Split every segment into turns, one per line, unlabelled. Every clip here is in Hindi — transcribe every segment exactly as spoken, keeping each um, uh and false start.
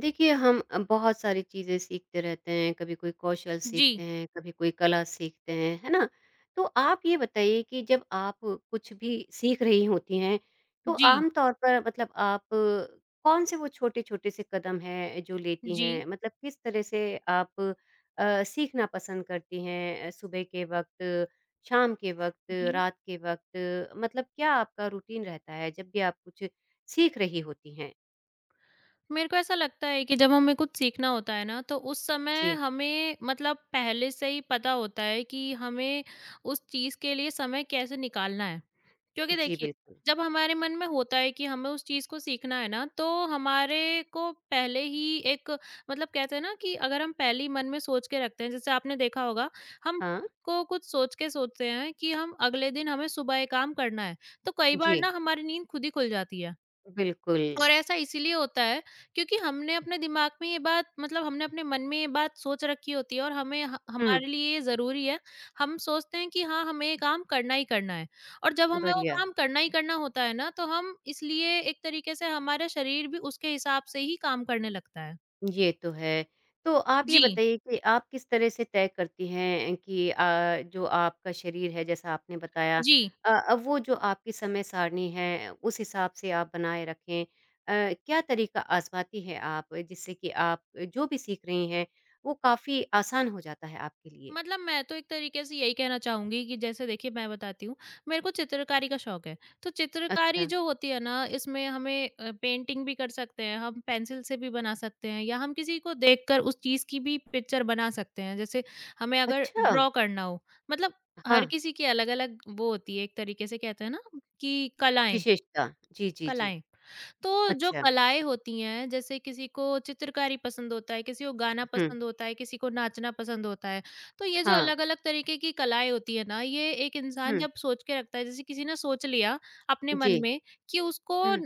देखिए, हम अ, बहुत सारी चीज़ें सीखते रहते हैं, कभी कोई कौशल
जी,
सीखते हैं, कभी कोई कला सीखते हैं, है ना? तो आप ये बताइए कि जब आप कुछ भी सीख रही होती हैं, तो
जी,
आम तौर पर मतलब आप कौन-से वो छोटे-छोटे से कदम हैं जो लेती हैं?
जी,
मतलब किस तरह से आप अ, सीखना पसंद करती हैं अ, सुबह के वक़्त, शाम के वक़्त,
जी।
रात के वक़्त मतलब क्या आपका रूटीन रहता है जब भी आप कुछ सीख रही होती हैं?
मेरे को ऐसा लगता है कि जब हमें कुछ सीखना होता है ना, तो उस समय
जी।
हमें मतलब पहले से ही पता होता है कि हमें उस चीज़ के लिए समय कैसे निकालना है। क्योंकि
जी,
देखिए,
बिल्कुल।
जब हमारे मन में होता है कि हमें उस चीज़ को सीखना है ना, तो हमारे को पहले ही एक मतलब कहते हैं ना कि अगर हम पहले ही मन में सोच के रखते हैं, जैसे आपने देखा होगा, हम
हाँ,
को कुछ सोच के सोचते हैं कि हम अगले दिन हमें सुबह ये काम करना है, तो कई बार ना
जी,
हमारी नींद खुद ही खुल जाती है।
बिल्कुल।
और ऐसा इसीलिए होता है क्योंकि हमने अपने दिमाग में ये बात मतलब हमने अपने मन में ये बात सोच रखी होती है, और हमें ह
हुँ,
हमारे लिए ये ज़रूरी है। हम सोचते हैं कि हाँ, हमें ये काम करना ही करना है, और जब हमें वो
बढ़िया,
काम करना ही करना होता है ना, तो हम इसलिए एक तरीके से हमारा शरीर भी उसके हिसाब से ही काम करने लगता है।
ये तो है। तो आप ये
जी,
बताइए कि आप किस तरह से तय करती हैं कि अ, जो आपका शरीर है जैसा आपने बताया
जी।
अ अ, वो जो आपकी समय सारणी है उस हिसाब से आप बनाए रखें? अ, क्या तरीका आज़माती हैं आप जिससे कि आप जो भी सीख रही हैं वो काफ़ी आसान हो जाता है आपके लिए?
मतलब मैं तो एक तरीके से यही कहना चाहूँगी कि जैसे देखिए मैं बताती हूँ, मेरे को चित्रकारी का शौक है। तो चित्रकारी
अच्छा,
जो होती है ना, इसमें हमें अ, पेंटिंग भी कर सकते हैं, हम पेंसिल से भी बना सकते हैं, या हम किसी को देखकर उस चीज़ की भी पिक्चर बना सकते हैं। जैसे हमें अगर
अच्छा!
ड्रॉ करना हो, मतलब
हाँ,
हर किसी की अलग-अलग वो होती है, एक तरीके से कहते हैं ना कि कलाएँ।
विशेषता। जी, जी, जी।
कलाएँ। तो जो
अच्छा,
कलाएँ होती हैं, जैसे किसी को चित्रकारी पसंद होता है, किसी को गाना
हुँ,
पसंद होता है, किसी को नाचना पसंद होता है। तो ये जो
हाँ,
अलग-अलग तरीके की कलाएँ होती है ना, ये एक इंसान
हुँ,
जब सोच के रखता है, जैसे किसी ने सोच लिया अपने
जी,
मन में कि उसको
हुँ।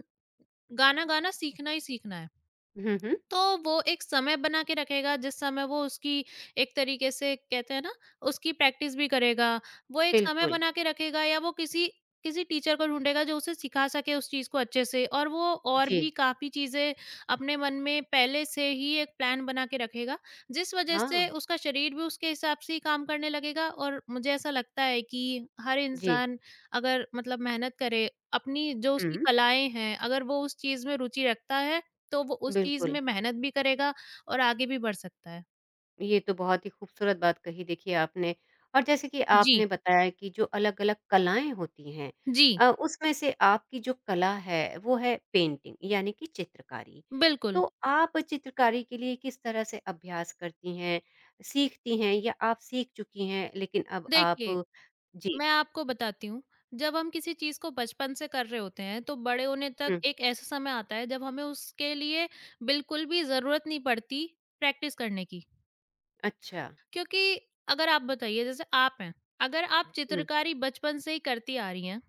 गाना गाना सीखना ही सीखना है।
हुँ, हुँ,
तो वो एक समय बना के रखेगा जिस समय वो उसकी, एक तरीके से कहते हैं ना, उसकी प्रैक्टिस भी करेगा। वो एक समय
बिल्कुल।
बना के रखेगा या वो किसी किसी टीचर को ढूँढेगा जो उसे सिखा सके उस चीज़ को अच्छे से, और वो और
जी।
भी काफ़ी चीज़ें अपने मन में पहले से ही एक प्लान बना के रखेगा, जिस वज़ह
हाँ,
से उसका शरीर भी उसके हिसाब से ही काम करने लगेगा। और मुझे ऐसा लगता है कि हर
जी।
इंसान अगर मतलब मेहनत करे, अपनी जो उसकी
हुँ,
कलाएँ हैं, अगर वो उस चीज़ में रुचि रखता है, तो वो उस चीज़
बिल्कुल।
में मेहनत भी करेगा और आगे भी बढ़ सकता है।
ये तो बहुत ही खूबसूरत बात कही देखिए आपने और जैसे कि
जी,
आपने बताया कि जो अलग-अलग कलाएँ होती हैं
जी,
अ, उसमें से आपकी जो कला है वो है पेंटिंग यानी कि चित्रकारी।
बिल्कुल।
तो आप चित्रकारी के लिए किस तरह से अभ्यास करती हैं, सीखती हैं या आप सीख चुकी हैं लेकिन अब
देखिए,
आप जी,
मैं आपको बताती हूँ, जब हम किसी चीज़ को बचपन से कर रहे होते हैं, तो बड़े होने तक
हुँ,
एक ऐसा समय आता है जब हमें उसके लिए बिल्कुल भी ज़रूरत नहीं पड़ती प्रैक्टिस करने की।
अच्छा।
क्योंकि अगर आप बताइए जैसे आप हैं, अगर आप
हुँ,
चित्रकारी बचपन से ही करती आ रही हैं,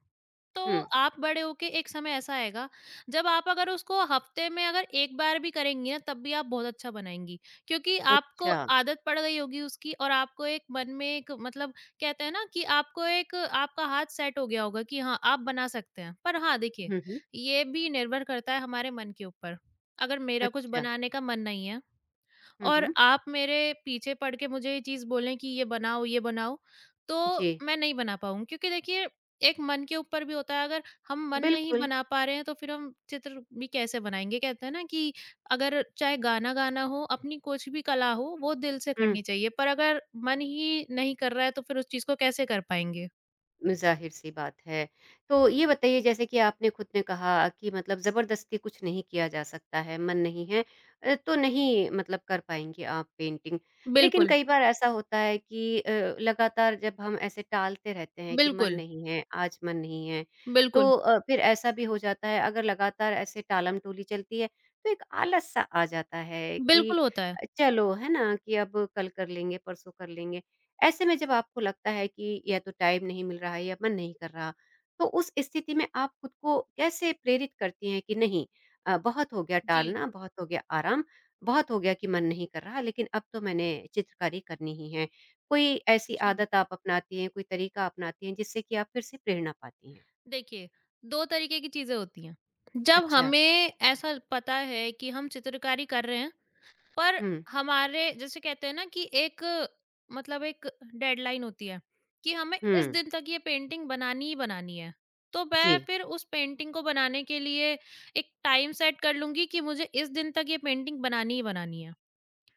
तो
हुँ,
आप बड़े होके एक समय ऐसा आएगा जब आप अगर उसको हफ्ते में अगर एक बार भी करेंगी ना, तब भी आप बहुत अच्छा बनाएँगी। क्योंकि आपको
अच्छा।
आदत पड़ गई होगी उसकी, और आपको एक मन में एक मतलब कहते हैं ना कि आपको एक आपका हाथ सेट हो गया होगा कि हाँ, आप बना सकते हैं। पर हाँ, देखिए,
हुँ, हुँ,
ये भी निर्भर करता है हमारे मन के ऊपर। अगर मेरा कुछ
अच्छा।
बनाने का मन नहीं है
हुँ,
और
हुँ,
आप मेरे पीछे पड़ के मुझे ये चीज़ बोलें कि ये बनाओ, ये बनाओ, तो
जी।
मैं नहीं बना पाऊँगी, क्योंकि देखिए एक मन के ऊपर भी होता है। अगर हम मन नहीं
बिल्कुल,
बना पा रहे हैं, तो फिर हम चित्र भी कैसे बनाएँगे? कहते हैं ना कि अगर चाहे गाना गाना हो, अपनी कुछ भी कला हो, वो दिल से
हुँ,
करनी चाहिए, पर अगर मन ही नहीं कर रहा है तो फिर उस चीज़ को कैसे कर पाएँगे?
ज़ाहिर-सी बात है। तो ये बताइए जैसे कि आपने खुद ने कहा कि मतलब ज़बरदस्ती कुछ नहीं किया जा सकता है, मन नहीं है अ, तो नहीं मतलब कर पाएँगी आप पेंटिंग। लेकिन
बिल्कुल,
कई बार ऐसा होता है कि अ, लगातार जब हम ऐसे टालते रहते हैं कि मन
बिल्कुल,
नहीं है, आज मन नहीं है, तो
बिल्कुल,
अ, फिर ऐसा भी हो जाता है अगर लगातार ऐसे टालम-टोली चलती है, तो एक आलस-सा आ जाता है कि
बिल्कुल होता है।
अ, चलो है ना, कि अब कल कर लेंगे, परसों कर लेंगे। ऐसे में जब आपको लगता है कि या तो टाइम नहीं मिल रहा है या मन नहीं कर रहा, तो उस स्थिति में आप खुद को कैसे प्रेरित करती हैं कि नहीं अ, बहुत हो गया
जी,
टालना, बहुत हो गया आराम, बहुत हो गया कि मन नहीं कर रहा, लेकिन अब तो मैंने चित्रकारी करनी ही है। कोई ऐसी
जी।
आदत आप अपनाती हैं, कोई तरीका अपनाती हैं जिससे कि आप फिर से प्रेरणा पाती हैं?
देखिए, दो तरीके की चीज़ें होती हैं। जब
अच्छा।
हमें ऐसा पता है कि हम चित्रकारी कर रहे हैं, पर
हुँ,
हमारे, जैसे कहते हैं ना कि एक मतलब एक डेडलाइन होती है कि हमें इस
हुँ।
दिन तक ये पेंटिंग बनानी ही बनानी है। तो मैं
जी,
फिर उस पेंटिंग को बनाने के लिए एक टाइम सेट कर लूँगी कि मुझे इस दिन तक ये पेंटिंग बनानी ही बनानी है।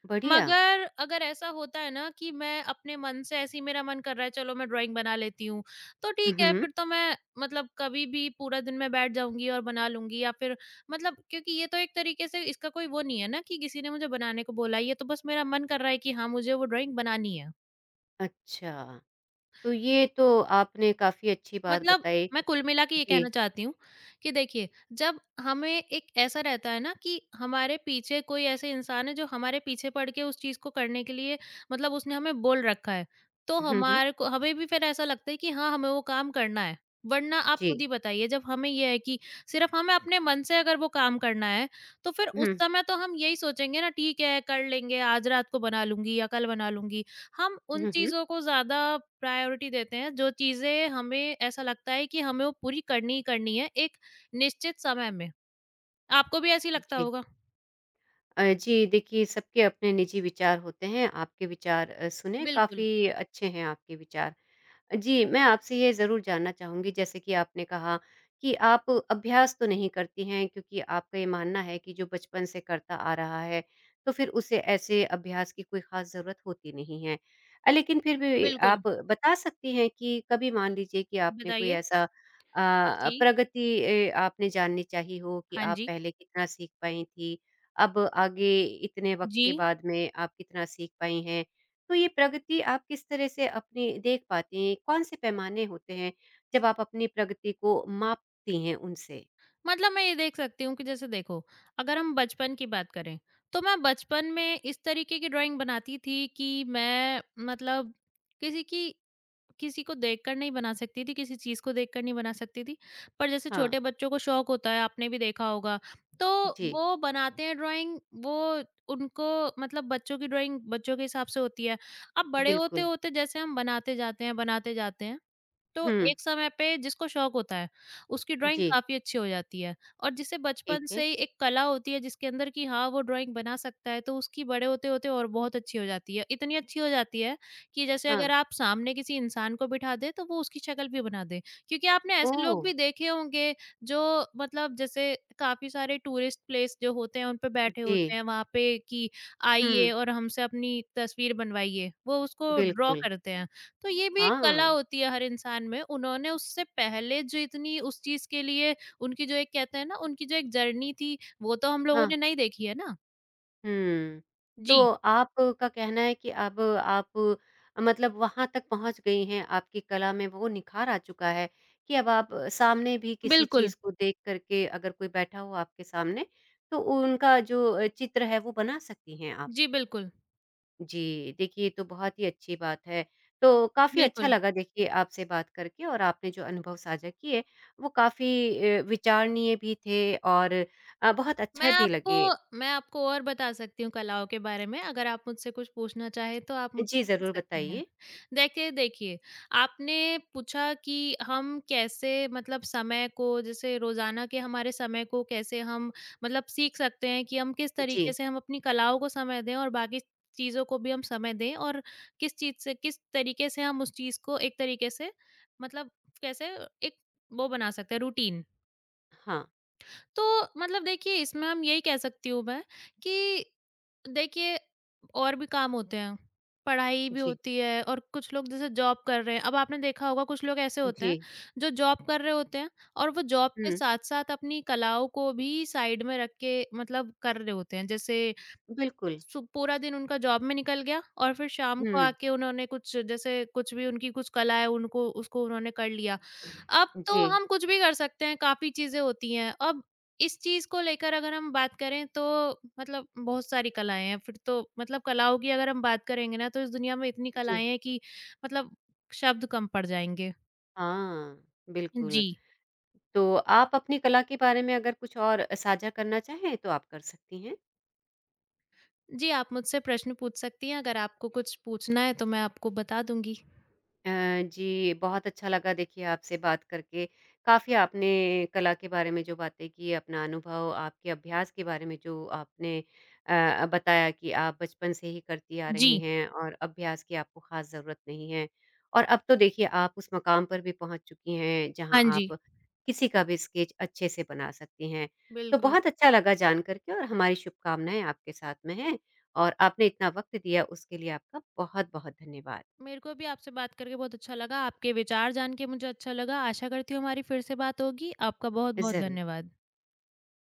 बढ़िया।
मगर अगर ऐसा होता है ना कि मैं अपने मन से, ऐसे ही मेरा मन कर रहा है, चलो मैं ड्राइंग बना लेती हूँ, तो ठीक है
उहुँ।
फिर तो मैं मतलब कभी भी पूरा दिन मैं बैठ जाऊँगी और बना लूँगी, या फिर मतलब क्योंकि ये तो एक तरीके से इसका कोई वो नहीं है ना कि किसी ने मुझे बनाने को बोला, ये तो बस मेरा मन कर रहा है कि हाँ, मुझे वो ड्राइंग बनानी है।
अच्छा, तो ये तो आपने काफ़ी अच्छी बात
मतलब
बताई।
मैं कुल मिला के ये
जी।
कहना चाहती हूँ कि देखिए, जब हमें एक ऐसा रहता है ना कि हमारे पीछे कोई ऐसे इंसान है जो हमारे पीछे पड़ के उस चीज़ को करने के लिए मतलब उसने हमें बोल रखा है, तो
हुँ, हुँ।
हमारे को हमें भी फिर ऐसा लगता है कि हाँ, हमें वो काम करना है। वरना आप खुद
जी।
ही बताइए, जब हमें ये है कि सिर्फ़ हमें अपने मन से अगर वो काम करना है, तो फिर उस
हुँ।
समय तो हम यही सोचेंगे ना, ठीक है, कर लेंगे, आज रात को बना लूँगी या कल बना लूँगी। हम उन
हुँ, हुँ।
चीज़ों को ज़्यादा प्रायोरिटी देते हैं जो चीज़ें हमें ऐसा लगता है कि हमें वो पूरी करनी ही करनी है एक निश्चित समय में। आपको भी ऐसे ही लगता
जी।
होगा?
अ, जी, देखिए सबके अपने निजी विचार होते हैं, आपके विचार अ, सुने
बिल्कुल,
काफ़ी अच्छे हैं आपके विचार। जी, मैं आपसे ये ज़रूर जानना चाहूँगी जैसे कि आपने कहा कि आप अभ्यास तो नहीं करती हैं क्योंकि आपका ये मानना है कि जो बचपन से करता आ रहा है, तो फिर उसे ऐसे अभ्यास की कोई ख़ास ज़रूरत होती नहीं है। अ, लेकिन फिर भी
बिल्कुल।
आप बता सकती हैं कि कभी मान लीजिए कि आपने कोई
बताइए?
ऐसा अ,
जी।
प्रगति ए, आपने जाननी चाहिए हो कि
हाँ
आप
जी।
पहले कितना सीख पाई थीं, अब आगे इतने वक़्त
जी।
के बाद में आप कितना सीख पाई हैं? तो ये प्रगति आप किस तरह से अपनी देख पाती हैं? कौन से पैमाने होते हैं जब आप अपनी प्रगति को मापती हैं उनसे?
मतलब मैं ये देख सकती हूँ कि जैसे देखो, अगर हम बचपन की बात करें, तो मैं बचपन में इस तरीके की ड्राइंग बनाती थी कि मैं मतलब किसी की, किसी को देखकर नहीं बना सकती थी, किसी चीज़ को देखकर नहीं बना सकती थी। पर जैसे
हाँ,
छोटे बच्चों को शौक होता है, आपने भी देखा होगा, तो
जी,
वो बनाते हैं ड्राइंग, वो उनको मतलब बच्चों की ड्राइंग बच्चों के हिसाब से होती है। अब बड़े
बिल्कुल।
होते-होते जैसे हम बनाते जाते हैं, बनाते जाते हैं, तो
हुँ,
एक समय पे जिसको शौक होता है उसकी ड्राइंग
जी,
काफी अच्छी हो जाती है, और जिसे
ठीक
बचपन से
है।
ही एक कला होती है जिसके अंदर कि हाँ वो ड्राइंग बना सकता है, तो उसकी बड़े होते होते और बहुत अच्छी हो जाती है, इतनी अच्छी हो जाती है कि जैसे
हाँ,
अगर आप सामने किसी इंसान को बिठा दे तो वो उसकी शक्ल भी बना दे, क्योंकि आपने ऐसे
ओह!
लोग भी देखे होंगे जो, मतलब जैसे काफी सारे टूरिस्ट प्लेस जो होते हैं उन पे बैठे होते
जी,
हैं वहां पे, कि
हुँ,
आइए और हमसे अपनी तस्वीर बनवाइए, वो उसको ड्रॉ
बिल्कुल।
करते हैं। तो ये भी एक कला
हाँ,
होती है हर इंसान में। उन्होंने उससे पहले जितनी उस चीज़ के लिए उनकी जो एक कहते हैं ना, उनकी जो एक जर्नी थी, वो तो हम लोगों
हाँ।
ने नहीं देखी है ना।
हुँ। तो
जी,
आपका कहना है कि अब आप मतलब वहाँ तक पहुँच गई हैं, आपकी कला में वो निखार आ चुका है कि अब आप सामने भी किसी
बिल्कुल।
चीज़ को देख कर के अगर कोई बैठा हो आपके सामने, तो उनका जो अ, चित्र है वो बना सकती हैं आप।
जी, बिल्कुल,
जी, देखिए ये तो बहुत ही अच्छी बात है। तो काफ़ी अच्छा
बिल्कुल।
लगा देखिए आपसे बात करके और आपने जो अनुभव साझा किए, वो काफ़ी अ, विचारणीय भी थे और अ, बहुत
मैं
अच्छे भी
आपको
लगे।
मैं आपको और बता सकती हूँ कलाओं के बारे में, अगर आप मुझसे कुछ पूछना चाहें, तो आप
जी,
मुझसे पूछ
ज़रूर
सकती हैं।
बताइए।
देखिए, देखिए, आपने पूछा कि हम कैसे मतलब समय को, जैसे रोज़ाना के हमारे समय को कैसे हम मतलब सीख सकते हैं कि हम किस
जी।
तरीके से हम अपनी कलाओं को समय दें, और बाकी चीज़ों को भी हम समय दें, और किस चीज़ से किस तरीके से हम उस चीज़ को एक तरीके से मतलब कैसे एक वो बना सकते हैं रूटीन।
हाँ,
तो मतलब देखिए इसमें हम यही कह सकती हूँ मैं कि देखिए, और भी काम होते हैं, पढ़ाई भी
जी,
होती है, और कुछ लोग जैसे जॉब कर रहे हैं, अब आपने देखा होगा कुछ लोग ऐसे होते हैं
जी।
जो जॉब कर रहे होते हैं, और वो जॉब के
हुँ,
साथ साथ अपनी कलाओं को भी साइड में रख के मतलब कर रहे होते हैं, जैसे
बिल्कुल।
सु पूरा दिन उनका जॉब में निकल गया और फिर शाम को
हुँ,
आके उन्होंने कुछ, जैसे कुछ भी उनकी कुछ कला है उनको उसको उन्होंने कर लिया। अब तो
जी,
हम कुछ भी कर सकते हैं, काफ़ी चीज़ें होती हैं। अब इस चीज़ को लेकर अगर हम बात करें, तो मतलब बहुत सारी कलाएँ हैं, फिर तो मतलब कलाओं की अगर हम बात करेंगे ना, तो इस दुनिया में इतनी
जी।
कलाएँ हैं कि मतलब शब्द कम पड़ जाएँगे।
हाँ, बिल्कुल।
जी।
तो आप अपनी कला के बारे में अगर कुछ और साझा करना चाहें, तो आप कर सकती हैं।
जी, आप मुझसे प्रश्न पूछ सकती हैं, अगर आपको कुछ पूछना है तो मैं आपको बता दूँगी।
अ, जी, बहुत अच्छा लगा देखिए आपसे बात करके। काफ़ी आपने कला के बारे में जो बातें की, अपना अनुभव, आपके अभ्यास के बारे में जो आपने अ, बताया कि आप बचपन से ही करती आ रही
जी।
हैं और अभ्यास की आपको ख़ास ज़रूरत नहीं है। और अब तो देखिए आप उस मकाम पर भी पहुँच चुकी हैं जहाँ
हाँ जी,
आप किसी का भी स्केच अच्छे से बना सकती हैं। तो
बिल्कुल।
बहुत अच्छा लगा जान कर के और हमारी शुभकामनाएँ आपके साथ में हैं और आपने इतना वक़्त दिया उसके लिए आपका बहुत-बहुत धन्यवाद।
मेरे को भी आपसे बात करके बहुत अच्छा लगा। आपके विचार जान के मुझे अच्छा लगा। आशा करती हूँ हमारी फिर से बात होगी। आपका बहुत-बहुत
ज़रूर।
धन्यवाद।